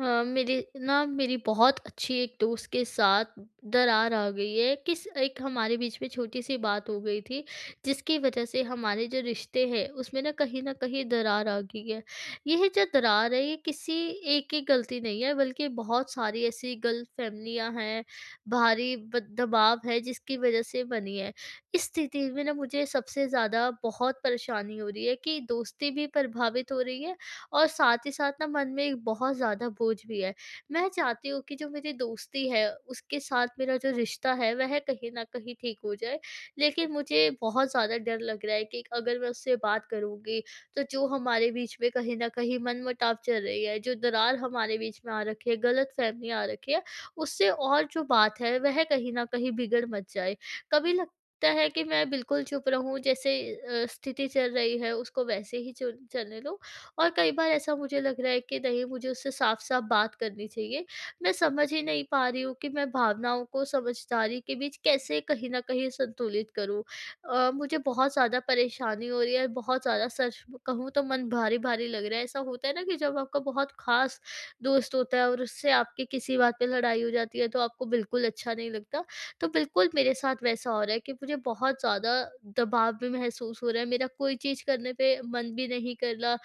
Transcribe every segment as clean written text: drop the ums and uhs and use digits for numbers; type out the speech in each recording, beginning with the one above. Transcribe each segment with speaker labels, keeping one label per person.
Speaker 1: हाँ, मेरी बहुत अच्छी एक दोस्त के साथ दरार आ गई है। किस एक हमारे बीच में छोटी-सी बात हो गई थी, जिसकी वजह से हमारे जो रिश्ते हैं उसमें ना कहीं न कहीं दरार आ गई है। यह जो दरार है ये किसी एक की गलती नहीं है, बल्कि बहुत सारी ऐसी गलतफ़हमियाँ हैं, बाहरी ब दबाव है, जिसकी वजह से बनी है। इस स्थिति में ना मुझे सबसे ज़्यादा बहुत परेशानी हो रही है कि दोस्ती भी प्रभावित हो रही है, और साथ ही साथ ना मन में एक बहुत ज़्यादा बोझ भी है। मैं चाहती हूँ कि जो मेरी दोस्ती है, उसके साथ मेरा जो रिश्ता है वह कहीं न कहीं ठीक हो जाए। लेकिन मुझे बहुत ज़्यादा डर लग रहा है कि अगर मैं उससे बात करूँगी तो जो हमारे बीच में कहीं न कहीं मनमुटाव चल रही है, जो दरार हमारे बीच में आ रखी है, गलतफ़हमी आ रखी है, उससे और जो बात है वह कहीं न कहीं बिगड़ मत जाए। कभी लगता है कि मैं बिल्कुल चुप रहूँ, जैसे स्थिति चल रही है उसको वैसे ही चुल चलने दूँ, और कई बार ऐसा मुझे लग रहा है कि नहीं, मुझे उससे साफ-साफ बात करनी चाहिए। मैं समझ ही नहीं पा रही हूँ कि मैं भावनाओं को समझदारी के बीच कैसे कहीं न कहीं संतुलित करूँ। मुझे बहुत ज़्यादा परेशानी हो रही है, बहुत ज़्यादा, सच कहूँ तो मन भारी-भारी लग रहा है। ऐसा होता है ना कि जब आपका बहुत ख़ास दोस्त होता है और उससे आपकी किसी बात पे लड़ाई हो जाती है, तो आपको बिल्कुल अच्छा नहीं लगता। तो बिल्कुल मेरे साथ वैसा हो रहा है कि मुझे बहुत ज़्यादा दबाव भी महसूस हो रहा है, मेरा कोई चीज़ करने पे मन भी नहीं कर रहा।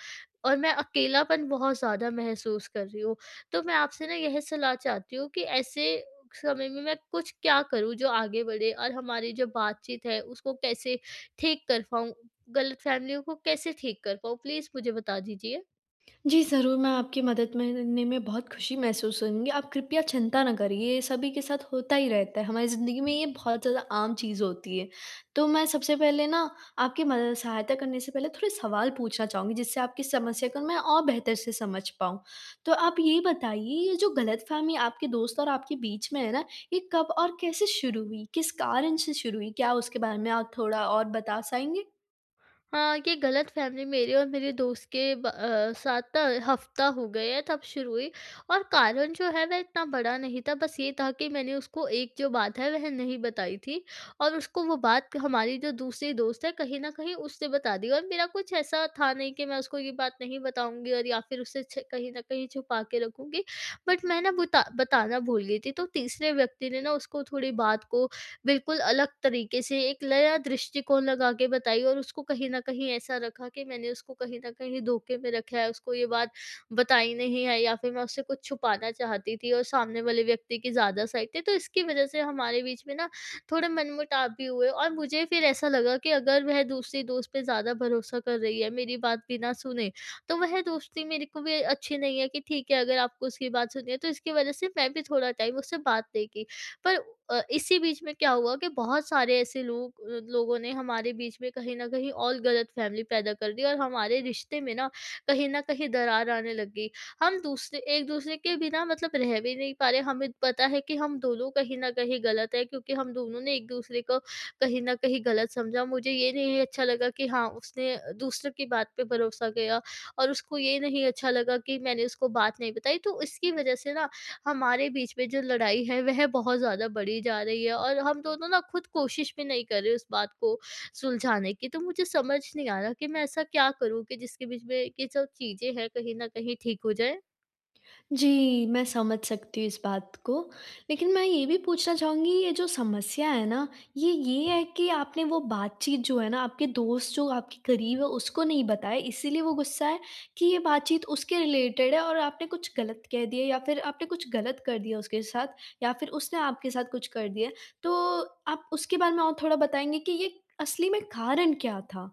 Speaker 1: और मैं अकेलापन बहुत ज़्यादा महसूस कर रही हूँ। तो मैं आपसे ना यह सलाह चाहती हूँ कि ऐसे समय में मैं कुछ क्या करूँ जो आगे बढ़े, और हमारी जो बातचीत है उसको कैसे ठीक कर पाऊँ? गलतफ़हमियों को कैसे ठीक कर पाऊँ? प्लीज़ मुझे बता दीजिए।
Speaker 2: जी, ज़रूर मैं आपकी मदद मिलने में बहुत खुशी महसूस होंगी। आप कृपया चिंता ना करिए, ये सभी के साथ होता ही रहता है, हमारी ज़िंदगी में ये बहुत ज़्यादा आम चीज़ होती है। तो मैं सबसे पहले ना आपकी मद सहायता करने से पहले थोड़े सवाल पूछना चाहूँगी जिससे आपकी समस्या को मैं और बेहतर से समझ पाऊँ। तो आप ये बताइए, ये जो गलतफ़हमी आपके दोस्त और आपके बीच में है ना, ये कब और कैसे शुरू हुई? किस कारण से शुरू हुई? क्या उसके बारे में आप थोड़ा और बता साएँगे?
Speaker 1: हाँ, ये गलतफ़हमी मेरे और मेरे दोस्त के साथ ना हफ्ता हो गया है तब शुरू हुई, और कारण जो है वह इतना बड़ा नहीं था। बस ये था कि मैंने उसको एक जो बात है वह नहीं बताई थी, और उसको वो बात हमारी जो दूसरी दोस्त है कहीं न कहीं उसने बता दी। और मेरा कुछ ऐसा था नहीं कि मैं उसको ये बात नहीं बताऊँगी और या फिर उसे छ कहीं न कहीं छुपा के रखूँगी। बट मैं ना बुता बताना भूल गई थी, तो तीसरे व्यक्ति ने ना उसको थोड़ी बात को बिल्कुल अलग तरीके से एक नया दृष्टिकोण लगा के बताई, और उसको कहीं न कहीं ऐसा रखा कि मैंने उसको कहीं न कहीं धोखे में रखा है, उसको ये बात बताई नहीं है, या फिर मैं उससे कुछ छुपाना चाहती थी, और सामने वाले व्यक्ति की ज़्यादा साइड थी। तो इसकी वज़ह से हमारे बीच में ना थोड़े मनमुटाव भी हुए, और मुझे फिर ऐसा लगा कि अगर वह दूसरी दोस्त पे ज़्यादा भरोसा कर रही है, मेरी बात बिना सुने, तो वह दोस्ती मेरे को भी अच्छी नहीं है कि ठीक है, अगर आपको उसकी बात सुननी है, तो इसकी वज़ह से मैं भी थोड़ा टाइम उससे बात नहीं की। पर इसी बीच में क्या हुआ कि बहुत सारे ऐसे लोगों ने हमारे बीच में कहीं न कहीं और गलतफ़हमी पैदा कर दी, और हमारे रिश्ते में ना कहीं न कहीं दरार आने लग गई। हम दूसरे एक-दूसरे के बिना मतलब रह भी नहीं पा रहे, हमें पता है कि हम दोनों कहीं न कहीं गलत हैं, क्योंकि हम दोनों ने एक-दूसरे को कहीं न कहीं गलत समझा। मुझे ये नहीं अच्छा लगा कि हाँ, उसने दूसरे की बात पे भरोसा किया, और उसको ये नहीं अच्छा लगा कि मैंने उसको बात नहीं बताई। तो इसकी वजह से ना हमारे बीच में जो लड़ाई है वह बहुत ज़्यादा बढ़ी जा रही है, और हम दोनों ना खुद कोशिश भी नहीं कर रहे उस बात को सुलझाने की। तो मुझे समझ नहीं आ रहा कि मैं ऐसा क्या करूँ कि जिसके बीच में ये सब चीज़ें हैं कहीं न कहीं ठीक हो जाएँ?
Speaker 2: जी, मैं समझ सकती हूँ इस बात को। लेकिन मैं ये भी पूछना चाहूँगी, ये जो समस्या है ना, ये है कि आपने वो बातचीत जो है ना आपके दोस्त जो आपके करीब है उसको नहीं बताया, इसीलिए वो गुस्सा है कि ये बातचीत उसके रिलेटेड है और आपने कुछ गलत कह दिया, या फिर आपने कुछ गलत कर दिया उसके साथ, या फिर उसने आपके साथ कुछ कर दिया। तो आप उसके बारे में और थोड़ा बताएँगे कि ये असली में कारण क्या था?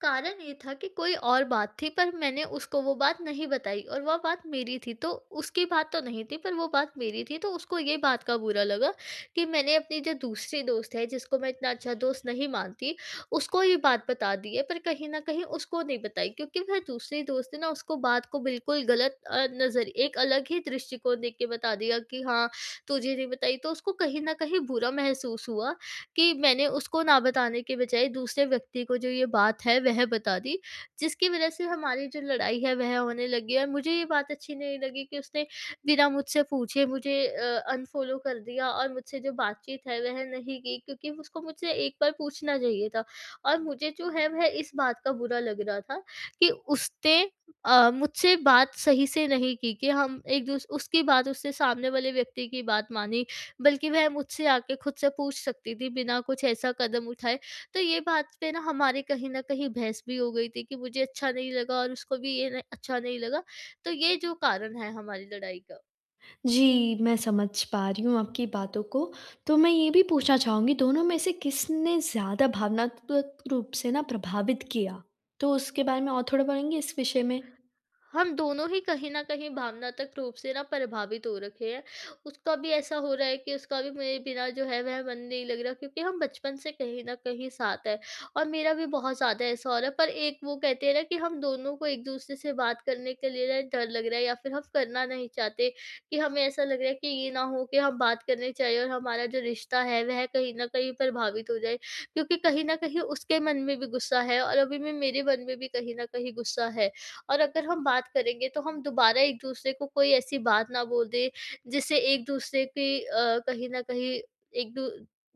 Speaker 1: कारण ये था कि कोई और बात थी, पर मैंने उसको वो बात नहीं बताई, और वह बात मेरी थी। तो उसकी बात तो नहीं थी, पर वो बात मेरी थी, तो उसको ये बात का बुरा लगा कि मैंने अपनी जो दूसरी दोस्त है, जिसको मैं इतना अच्छा दोस्त नहीं मानती, उसको ये बात बता दी है, पर कहीं ना कहीं उसको नहीं बताई। क्योंकि वह दूसरी दोस्त है ना, उसको बात को बिल्कुल गलत नज़र, एक अलग ही दृष्टिकोण देख के बता दिया कि हाँ, तुझे नहीं बताई, तो उसको कहीं ना कहीं बुरा महसूस हुआ कि मैंने उसको ना बताने के बजाय दूसरे व्यक्ति को जो ये बात है वह बता दी, जिसकी वजह से हमारी जो लड़ाई है वह होने लगी। और मुझे ये बात अच्छी नहीं लगी कि उसने बिना मुझसे पूछे मुझे अनफॉलो कर दिया, और मुझसे जो बातचीत है वह नहीं की, क्योंकि उसको मुझसे एक बार पूछना चाहिए था। और मुझे जो है वह इस बात का बुरा लग रहा था कि उसने मुझसे बात सही से नहीं की, कि हम एक दूसरे, उसकी बात, उसने सामने वाले व्यक्ति की बात मानी, बल्कि वह मुझसे आके खुद से पूछ सकती थी, बिना कुछ ऐसा कदम उठाए। तो ये बात पे ना हमारी कहीं न कहीं बहस भी हो गई थी कि मुझे अच्छा नहीं लगा, और उसको भी ये न अच्छा नहीं लगा। तो ये जो कारण है हमारी लड़ाई का।
Speaker 2: जी, मैं समझ पा रही हूँ आपकी बातों को। तो मैं ये भी पूछना चाहूँगी, दोनों में से किसने ज़्यादा भावनात्मक रूप से ना प्रभावित किया? तो उसके बारे में और थोड़ा बोलेंगे इस विषय में?
Speaker 1: हम दोनों ही कहीं न कहीं भावनात्मक रूप से ना प्रभावित हो रखे हैं। उसका भी ऐसा हो रहा है कि उसका भी मेरे बिना जो है वह मन नहीं लग रहा, क्योंकि हम बचपन से कहीं न कहीं साथ हैं, और मेरा भी बहुत ज़्यादा ऐसा हो रहा है। पर एक वो कहते हैं ना कि हम दोनों को एक-दूसरे से बात करने के लिए ना डर लग रहा है, या फिर हम करना नहीं चाहते कि हमें ऐसा लग रहा है कि ये ना हो कि हम बात करने जाएँ और हमारा जो रिश्ता है वह कहीं न कहीं प्रभावित हो जाए। क्योंकि कहीं न कहीं उसके मन में भी गुस्सा है, और अभी भी मेरे मन में भी कहीं न कहीं गुस्सा है। और अगर हम बात करेंगे तो हम दोबारा एक दूसरे को कोई ऐसी बात ना बोल दें, जिससे एक दूसरे की कहीं न कहीं एक दू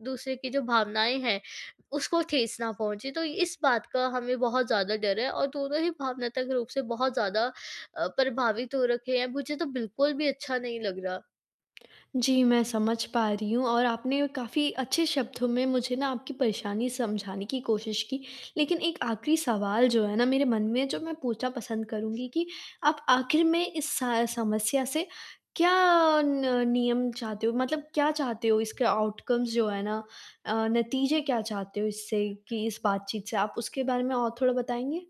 Speaker 1: दूसरे की जो भावनाएँ हैं उसको ठेस ना पहुँचे। तो इस बात का हमें बहुत ज़्यादा डर है, और दोनों ही भावनात्मक रूप से बहुत ज़्यादा प्रभावित हो रखे हैं। मुझे तो बिल्कुल भी अच्छा नहीं लग रहा।
Speaker 2: जी, मैं समझ पा रही हूँ और आपने काफ़ी अच्छे शब्दों में मुझे ना आपकी परेशानी समझाने की कोशिश की। लेकिन एक आखिरी सवाल जो है ना मेरे मन में, जो मैं पूछना पसंद करूँगी, कि आप आखिर में इस स समस्या से क्या न नियम चाहते हो? मतलब क्या चाहते हो इसके आउटकम्स जो है ना, नतीजे क्या चाहते हो इससे, कि इस बातचीत से? आप उसके बारे में और थोड़ा बताएँगे?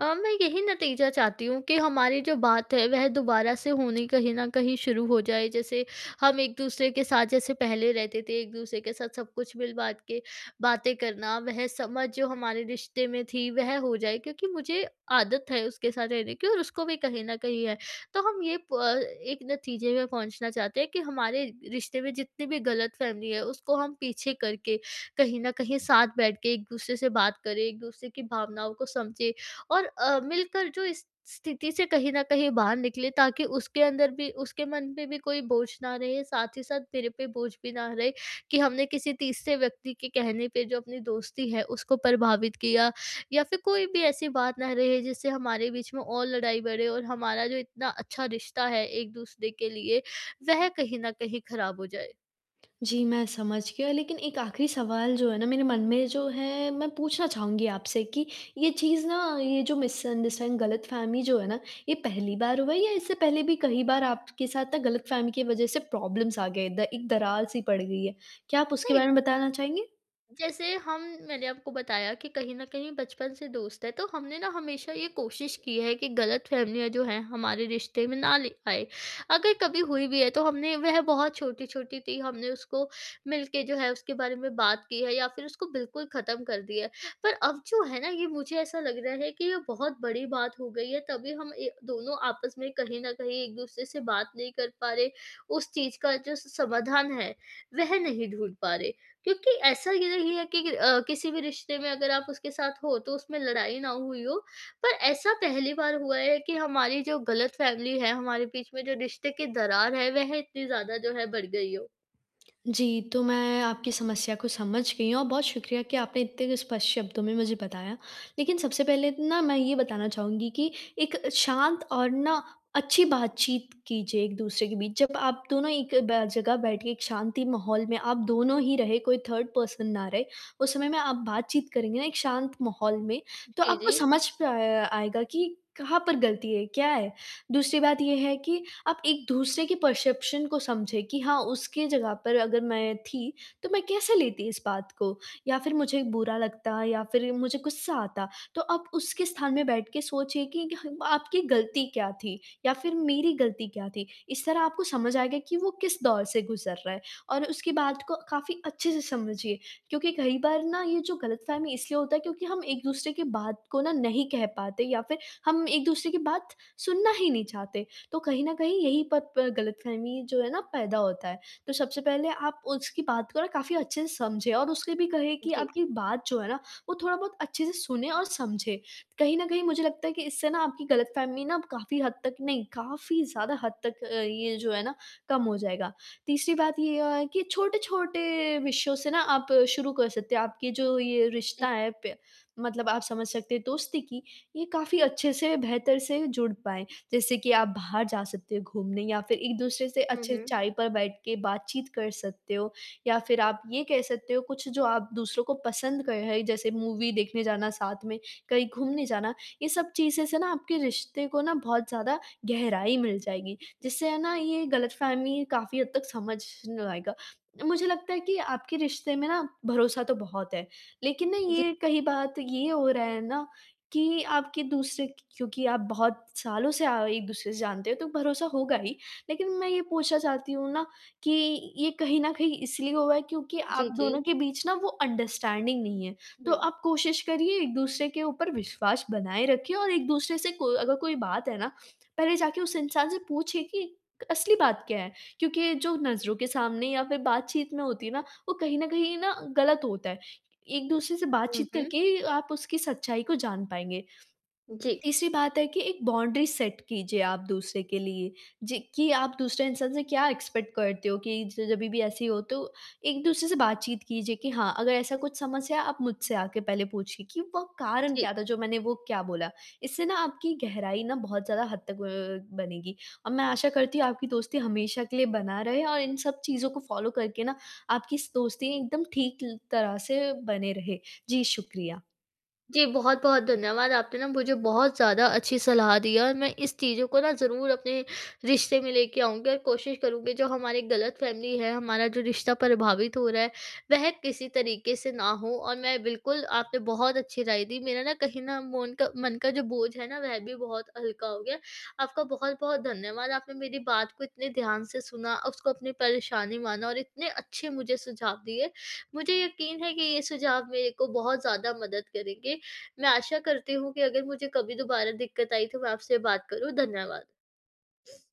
Speaker 1: मैं यही नतीजा चाहती हूँ कि हमारी जो बात है वह दोबारा से होनी कहीं न कहीं शुरू हो जाए। जैसे हम एक-दूसरे के साथ जैसे पहले रहते थे, एक-दूसरे के साथ सब कुछ मिल-बाँट के बातें करना, वह समझ जो हमारे रिश्ते में थी वह हो जाए, क्योंकि मुझे आदत है उसके साथ रहने की, और उसको भी कहीं न कहीं है। तो हम ये एक नतीजे में पहुँचना चाहते हैं कि हमारे रिश्ते में जितनी भी गलतफ़हमी है उसको हम पीछे करके, कहीं न कहीं साथ बैठ के एक-दूसरे से बात करें, एक-दूसरे की भावनाओं को समझें, और मिलकर जो इस स्थिति से कहीं न कहीं बाहर निकले, ताकि उसके अंदर भी, उसके मन पे भी कोई बोझ ना रहे, साथ ही साथ मेरे पे बोझ भी ना रहे कि हमने किसी तीसरे व्यक्ति के कहने पे जो अपनी दोस्ती है उसको प्रभावित किया, या फिर कोई भी ऐसी बात ना रहे जिससे हमारे बीच में और लड़ाई बढ़े और हमारा जो इतना अच्छा रिश्ता है एक-दूसरे के लिए वह कहीं न कहीं खराब हो जाए।
Speaker 2: जी, मैं समझ गया, लेकिन एक आखिरी सवाल जो है ना मेरे मन में, जो है, मैं पूछना चाहूँगी आपसे कि ये चीज़ ना, ये जो मिसअंडरस्टैंड गलतफ़हमी जो है ना, ये पहली बार हुआ है या इससे पहले भी कई बार आपके साथ ना गलतफ़हमी की वज़ह से प्रॉब्लम्स आ गए, द एक दरार-सी पड़ गई है? क्या आप उसके
Speaker 1: नहीं।
Speaker 2: बारे में बताना चाहेंगे?
Speaker 1: जैसे हम, मैंने आपको बताया कि कहीं न कहीं बचपन से दोस्त है, तो हमने ना हमेशा ये कोशिश की है कि गलतफ़हमियाँ जो हैं हमारे रिश्ते में ना ले आए। अगर कभी हुई भी है तो हमने, वह बहुत छोटी-छोटी थी, हमने उसको मिलके जो है उसके बारे में बात की है, या फिर उसको बिल्कुल ख़त्म कर दिया है। पर अब जो है ना, ये मुझे ऐसा लग रहा है कि ये बहुत बड़ी बात हो गई है, तभी हम ए दोनों आपस में कहीं न कहीं एक-दूसरे से बात नहीं कर पा रहे, उस चीज़ का जो स समाधान है, वह नहीं ढूँढ पा रहे। क्योंकि ऐसा ये नहीं है कि किसी भी रिश्ते में अगर आप उसके साथ हो तो उसमें लड़ाई ना हुई हो। पर ऐसा पहली बार हुआ है कि हमारी जो गलतफ़हमी है, हमारे बीच में जो रिश्ते की दरार है वह इतनी ज़्यादा जो है बढ़ गई हो।
Speaker 2: जी, तो मैं आपकी समस्या को समझ गई हूँ और बहुत शुक्रिया कि आपने इतने स्पष्ट शब्दों में मुझे बताया। लेकिन सबसे पहले ना मैं ये बताना चाहूँगी कि एक शांत और ना अच्छी बातचीत कीजिए एक-दूसरे के बीच। जब आप दोनों एक ब जगह बैठ के एक शांति माहौल में आप दोनों ही रहे, कोई थर्ड पर्सन ना रहे, उस समय में आप बातचीत करेंगे ना एक शांत माहौल में, तो
Speaker 1: जी,
Speaker 2: आपको
Speaker 1: जी।
Speaker 2: समझ पे आया आएगा कि कहाँ पर गलती है, क्या है? दूसरी बात ये है कि आप एक दूसरे के परसेप्शन को समझे कि हाँ, उसके जगह पर अगर मैं थी, तो मैं कैसे लेती इस बात को, या फिर मुझे बुरा लगता, या फिर मुझे गुस्सा आता। तो आप उसके स्थान में बैठ के सोचिए कि ह आपकी गलती क्या थी या फिर मेरी गलती क्या थी? इस तरह आपको समझ आएगा कि वो किस दौर से गुज़र रहा है और उसकी बात को काफ़ी अच्छे से समझिए। क्योंकि कई बार ना ये जो गलतफ़हमी इसलिए होता है क्योंकि हम एक-दूसरे की बात को ना नहीं कह पाते, या फिर हम एक-दूसरे की बात सुनना ही नहीं चाहते। तो कहीं न कहीं यही पत प गलतफ़हमी जो है ना पैदा होता है। तो सबसे पहले आप उसकी बात को ना काफ़ी अच्छे से समझें और उससे भी कहें कि
Speaker 1: जी,
Speaker 2: आपकी बात जो है ना वो थोड़ा बहुत अच्छे से सुने और समझे। कहीं न कहीं मुझे लगता है कि इससे ना आपकी गलतफ़हमी ना काफ़ी हद तक, नहीं काफ़ी ज़्यादा हद तक ये जो है ना कम हो जाएगा। तीसरी बात ये है कि छोटे-छोटे विषयों से ना आप शुरू कर सकते हैं। आपकी जो ये
Speaker 1: जी।
Speaker 2: रिश्ता है प मतलब आप समझ सकते हैं दोस्ती की, ये काफ़ी अच्छे से बेहतर से जुड़ पाए। जैसे कि आप बाहर जा सकते हो घूमने, या फिर एक-दूसरे से
Speaker 1: हुँ,
Speaker 2: अच्छे
Speaker 1: हुँ।
Speaker 2: चाय पर बैठ के बातचीत कर सकते हो, या फिर आप ये कह सकते हो कुछ जो आप दूसरों को पसंद कर है, जैसे मूवी देखने जाना साथ में, कहीं घूमने जाना, ये सब चीज़ें से ना आपके रिश्ते को ना बहुत ज़्यादा गहराई मिल जाएगी, जिससे है ना ये गलतफ़हमी काफ़ी हद तक समझ न आएगा। मुझे लगता है कि आपके रिश्ते में ना भरोसा तो बहुत है, लेकिन ना
Speaker 1: जी,
Speaker 2: ये कहीं बात ये हो रहा है ना कि आपके दूसरे, क्योंकि आप बहुत सालों से आ एक-दूसरे से जानते हो तो भरोसा होगा ही। लेकिन मैं ये पूछना चाहती हूँ ना कि ये कहीं न कहीं इसलिए हुआ है क्योंकि
Speaker 1: जी,
Speaker 2: आप
Speaker 1: जी।
Speaker 2: दोनों के बीच ना वो अंडरस्टैंडिंग नहीं है। तो
Speaker 1: हुँ,
Speaker 2: आप कोशिश करिए एक-दूसरे के ऊपर विश्वास बनाए रखिए, और एक-दूसरे से को अगर कोई बात है ना, पहले जाके उस इंसान से पूछिए कि असली बात क्या है? क्योंकि जो नज़रों के सामने या फिर बातचीत में होती है ना, वो कहीं न कहीं ना गलत होता है। एक दूसरे से
Speaker 1: हुँ,
Speaker 2: बातचीत
Speaker 1: हुँ।
Speaker 2: करके आप उसकी सच्चाई को जान पाएँगे।
Speaker 1: जी,
Speaker 2: तीसरी बात है कि एक बाउंड्री सेट कीजिए आप दूसरे के लिए, जे कि आप दूसरे इंसान से क्या एक्सपेक्ट करते हो, कि ज जभी भी ऐसी हो तो एक दूसरे से बातचीत कीजिए कि हाँ, अगर ऐसा कुछ समस्या है आप मुझसे आके पहले पूछिए कि वो कारण
Speaker 1: जी।
Speaker 2: क्या था जो मैंने वो क्या बोला? इससे ना आपकी गहराई ना बहुत ज़्यादा हद तक बनेगी, और मैं आशा करती हूँ आपकी दोस्ती हमेशा के लिए बना रहे और इन सब चीज़ों को फ़ॉलो करके ना आपकी स दोस्ती एकदम ठीक ल तरह से बने रहे। जी, शुक्रिया।
Speaker 1: जी, बहुत-बहुत धन्यवाद। आपने ना मुझे बहुत ज़्यादा अच्छी सलाह दी है, और मैं इस चीज़ों को ना ज़रूर अपने रिश्ते में लेके आऊँगी और कोशिश करूँगी जो हमारी गलतफ़हमी है, हमारा जो रिश्ता प्रभावित हो रहा है, वह किसी तरीके से ना हो। और मैं बिल्कुल, आपने बहुत अच्छी राय दी। मेरा ना कहीं ना मोन का मन का जो बोझ है ना, वह भी बहुत हल्का हो गया। आपका बहुत-बहुत धन्यवाद। आपने मेरी बात को इतने ध्यान से सुना, उसको अपनी परेशानी माना और इतने अच्छे मुझे सुझाव दिए। मुझे यकीन है कि ये सुझाव मेरे को बहुत ज़्यादा मदद करेंगे। मैं आशा करती हूँ कि अगर मुझे कभी दोबारा दिक्कत आई तो मैं आपसे बात करूँ। धन्यवाद।